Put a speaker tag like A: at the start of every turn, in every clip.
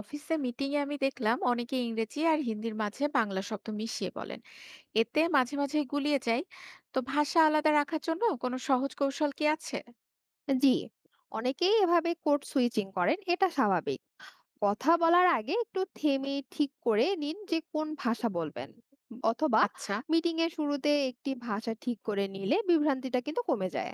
A: অফিসে মিটিং এ আমি দেখলাম অনেকে ইংরেজি আর হিন্দির মাঝে বাংলা শব্দ মিশিয়ে বলেন। এতে মাঝে মাঝে গুলিয়ে যায়। তো ভাষা আলাদা রাখার জন্য কোনো সহজ কৌশল কি আছে?
B: জি, অনেকেই এভাবে কোড সুইচিং করেন, এটা স্বাভাবিক। কথা বলার আগে একটু থেমে ঠিক করে নিন যে কোন ভাষা বলবেন, অথবা
A: আচ্ছা,
B: মিটিং এর শুরুতে একটি ভাষা ঠিক করে নিলে বিভ্রান্তিটা কিন্তু কমে যায়।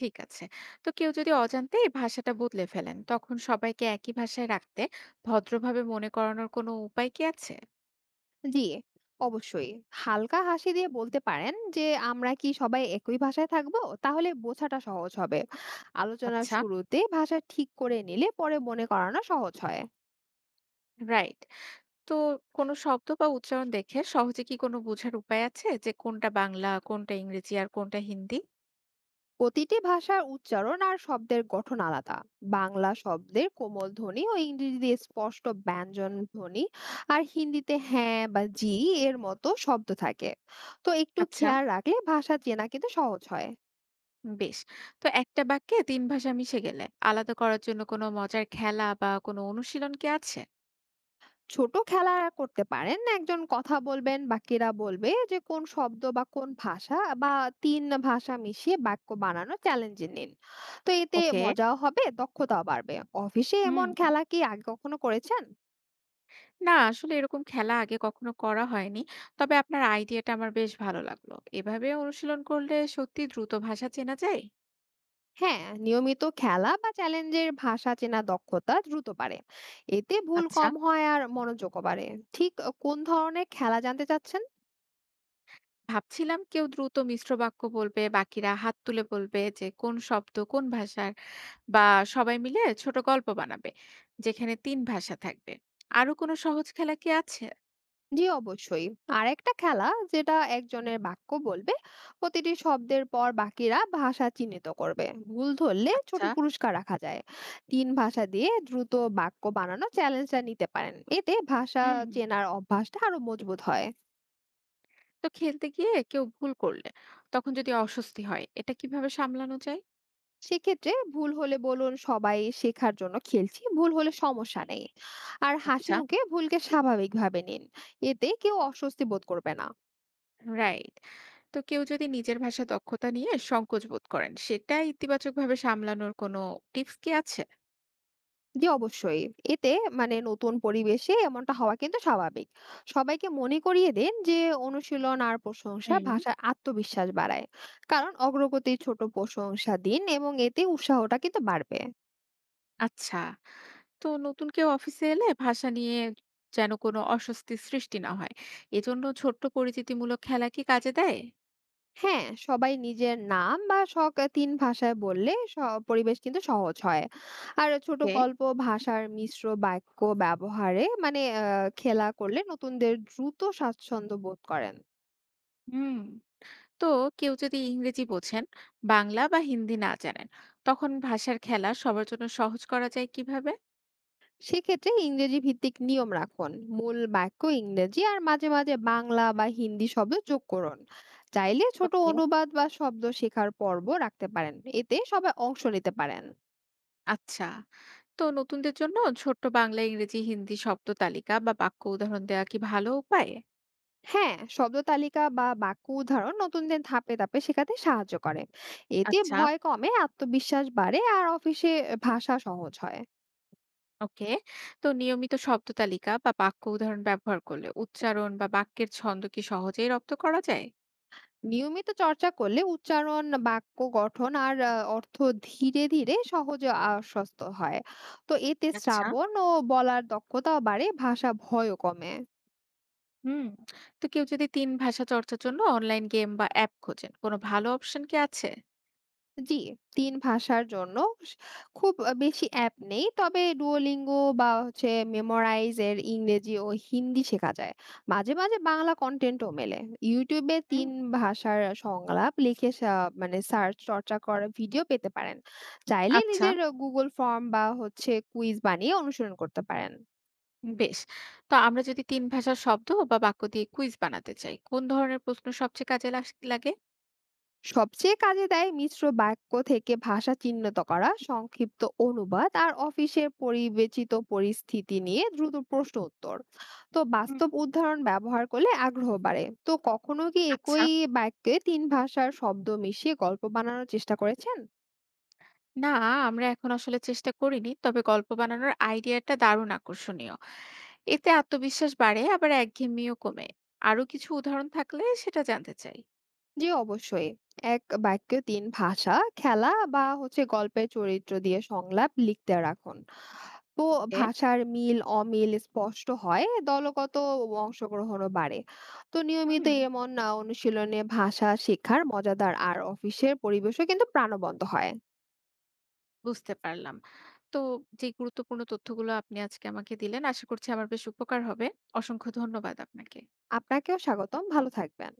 A: ঠিক আছে। তো কেউ যদি অজান্তে এই ভাষাটা বদলে ফেলেন, তখন সবাইকে একই ভাষায় রাখতে ভদ্রভাবে মনে করানোর কোনো উপায় কি আছে?
B: জি, অবশ্যই। হালকা হাসি দিয়ে বলতে পারেন যে আমরা কি সবাই একই ভাষায় থাকবো, তাহলে বোঝাটা সহজ হবে। আলোচনার
A: আচ্ছা,
B: শুরুতে ভাষা ঠিক করে নিলে পরে মনে করানো সহজ হয়।
A: রাইট। তো কোনো শব্দ বা উচ্চারণ দেখে সহজে কি কোনো বোঝার উপায় আছে যে কোনটা বাংলা, কোনটা ইংরেজি আর কোনটা হিন্দি?
B: প্রতিটি ভাষার উচ্চারণ আর শব্দের গঠন আলাদা। বাংলা শব্দের কোমল ধ্বনি ও ইংরেজিতে স্পষ্ট ব্যঞ্জন ধ্বনি, আর হিন্দিতে হ্যাঁ বা জি এর মতো শব্দ থাকে। তো একটু
A: আচ্ছা,
B: খেয়াল রাখলে ভাষা চেনা কিন্তু সহজ হয়।
A: বেশ। তো একটা বাক্যে ৩ ভাষা মিশে গেলে আলাদা করার জন্য কোনো মজার খেলা বা কোনো অনুশীলন কি আছে?
B: ছোট খেলা করতে পারেন, একজন কথা বলবেন, বাকিরা বলবে যে কোন শব্দ বা কোন ভাষা, বা তিন ভাষা মিশিয়ে বাক্য বানানো চ্যালেঞ্জ নিন। তো এতে
A: ওকে।
B: মজাও হবে, দক্ষতাও বাড়বে। অফিসে
A: হুম।
B: এমন খেলা কি আগে কখনো করেছেন?
A: না, আসলে এরকম খেলা আগে কখনো করা হয়নি। তবে আপনার আইডিয়াটা আমার বেশ ভালো লাগলো। এভাবে অনুশীলন করলে সত্যি দ্রুত ভাষা চেনা যায়?
B: হ্যাঁ, নিয়মিত খেলা বা চ্যালেঞ্জের ভাষা চেনা দক্ষতা দ্রুত বাড়ে, এতে ভুল
A: আচ্ছা।
B: কম হয় আর মনোযোগও বাড়ে। ঠিক। কোন ধরনের খেলা জানতে চাচ্ছেন?
A: ভাবছিলাম কেউ দ্রুত মিশ্র বাক্য বলবে, বাকিরা হাত তুলে বলবে যে কোন শব্দ কোন ভাষার, বা সবাই মিলে ছোট গল্প বানাবে যেখানে ৩ ভাষা থাকবে। আরো কোনো সহজ খেলা কি আছে?
B: জি অবশ্যই। আরেকটা খেলা, যেটা একজনের বাক্য বলবে, প্রতিটি শব্দের পর বাকিরা ভাষা চিহ্নিত করবে, ভুল ধরলে ছোট
A: আচ্ছা,
B: পুরস্কার রাখা যায়। তিন ভাষা দিয়ে দ্রুত বাক্য বানানো চ্যালেঞ্জটা নিতে পারেন, এতে ভাষা
A: হুম।
B: চেনার অভ্যাসটা আরো মজবুত হয়।
A: তো খেলতে গিয়ে কেউ ভুল করলে তখন যদি অস্বস্তি হয়, এটা কিভাবে সামলানো যায়?
B: সেক্ষেত্রে ভুল হলে বলুন সবাই শেখার জন্য খেলছি, ভুল হলে সমস্যা নেই। আর হাসি
A: আচ্ছা,
B: মুখে ভুলকে স্বাভাবিকভাবে নিন, এতে কেউ অস্বস্তি বোধ করবে না।
A: রাইট। তো কেউ যদি নিজের ভাষা দক্ষতা নিয়ে সংকোচ বোধ করেন, সেটা ইতিবাচক ভাবে সামলানোর কোনো টিপস কি আছে?
B: জি অবশ্যই। এতে নতুন পরিবেশে এমনটা হওয়া কিন্তু স্বাভাবিক। সবাইকে মনে করিয়ে দিন যে অনুশীলন আর প্রশংসা
A: হুম,
B: ভাষার আত্মবিশ্বাস বাড়ায়। কারণ অগ্রগতির ছোট প্রশংসা দিন, এবং এতে উৎসাহটা কিন্তু বাড়বে।
A: আচ্ছা। তো নতুন কেউ অফিসে এলে ভাষা নিয়ে যেন কোনো অস্বস্তি সৃষ্টি না হয়, এজন্য ছোট্ট পরিচিতিমূলক খেলা কি কাজে দেয়?
B: হ্যাঁ, সবাই নিজের নাম বা শখ ৩ ভাষায় বললে পরিবেশ কিন্তু সহজ হয়। আর ছোট
A: ওকে,
B: গল্প, ভাষার মিশ্র বাক্য ব্যবহারে মানে আ খেলা করলে নতুনদের দ্রুত স্বাচ্ছন্দ্য বোধ করেন।
A: হুম। তো কেউ যদি ইংরেজি বোঝেন, বাংলা বা হিন্দি না জানেন, তখন ভাষার খেলা সবার জন্য সহজ করা যায় কিভাবে?
B: সেক্ষেত্রে ইংরেজি ভিত্তিক নিয়ম রাখুন। মূল বাক্য ইংরেজি, আর মাঝে মাঝে বাংলা বা হিন্দি শব্দ যোগ করুন। চাইলে ছোট
A: ওকে,
B: অনুবাদ বা শব্দ শেখার পর্ব রাখতে পারেন। এতে সবাই অংশ নিতে পারেন।
A: আচ্ছা। তো নতুনদের জন্য ছোট্ট বাংলা ইংরেজি হিন্দি শব্দ তালিকা বা বাক্য উদাহরণ দেওয়া কি ভালো উপায়?
B: হ্যাঁ, শব্দ তালিকা বা বাক্য উদাহরণ নতুনদের ধাপে ধাপে শেখাতে সাহায্য করে, এতে
A: আচ্ছা,
B: ভয় কমে, আত্মবিশ্বাস বাড়ে, আর অফিসে ভাষা সহজ হয়।
A: ওকে। তো নিয়মিত শব্দ তালিকা বা বাক্য উদাহরণ ব্যবহার করলে উচ্চারণ বা বাক্যের ছন্দ কি সহজেই রপ্ত করা যায়?
B: নিয়মিত চর্চা করলে উচ্চারণ, বাক্য গঠন আর অর্থ ধীরে ধীরে সহজে আশ্বস্ত হয়। তো এতে
A: আচ্ছা,
B: শ্রাবণ ও বলার দক্ষতাও বাড়ে, ভাষা ভয়ও কমে।
A: হুম। তো কেউ যদি তিন ভাষা চর্চার জন্য অনলাইন গেম বা অ্যাপ খোঁজেন, কোনো ভালো অপশন কি আছে?
B: জি, ৩ ভাষার জন্য স খুব বেশি অ্যাপ নেই। তবে Duolingo বা Memorize এর ইংরেজি ও হিন্দি শেখা যায়। মাঝে মাঝে বাংলা কনটেন্টও মেলে। YouTube এ
A: হুম,
B: ৩ ভাষার সংলাপ লিখে সা মানে সার্চ চর্চা করা ভিডিও পেতে পারেন। চাইলে
A: আচ্ছা,
B: নিজের Google ফর্ম বা কুইজ বানিয়ে অনুসরণ করতে পারেন।
A: বেশ। তো আমরা যদি ৩ ভাষার শব্দ বা বাক্য দিয়ে কুইজ বানাতে চাই, কোন ধরনের প্রশ্ন সবচেয়ে কাজে লাস লাগে?
B: সবচেয়ে কাজে দেয় মিশ্র বাক্য থেকে ভাষা চিহ্নিত করা, সংক্ষিপ্ত অনুবাদ, আর অফিসের পরিবেচিত পরিস্থিতি নিয়ে দ্রুত প্রশ্ন উত্তর। তো
A: হুম,
B: বাস্তব উদাহরণ ব্যবহার করলে আগ্রহ বাড়ে। তো কখনো কি
A: আচ্ছা।
B: একই বাক্যে তিন ভাষার শব্দ মিশিয়ে গল্প বানানোর চেষ্টা করেছেন?
A: না, আমরা এখন আসলে চেষ্টা করিনি। তবে গল্প বানানোর আইডিয়াটা দারুণ আকর্ষণীয়। এতে আত্মবিশ্বাস বাড়ে, আবার একঘেয়েমিও কমে। আরো কিছু উদাহরণ থাকলে সেটা জানতে চাই।
B: যে অবশ্যই। এক বাক্যে তিন ভাষা খেলা বা গল্পের চরিত্র দিয়ে সংলাপ লিখতে রাখুন। তো
A: ওকে।
B: ভাষার মিল অমিল স্পষ্ট হয়, দলগত অংশগ্রহণও বাড়ে। তো নিয়মিত
A: হুম,
B: এমন অনুশীলনে ভাষা শেখার মজাদার আর অফিসের পরিবেশও কিন্তু প্রাণবন্ত হয়।
A: বুঝতে পারলাম। তো যে গুরুত্বপূর্ণ তথ্যগুলো আপনি আজকে আমাকে দিলেন, আশা করছি আমার বেশ উপকার হবে। অসংখ্য ধন্যবাদ আপনাকে।
B: আপনাকেও স্বাগতম, ভালো থাকবেন।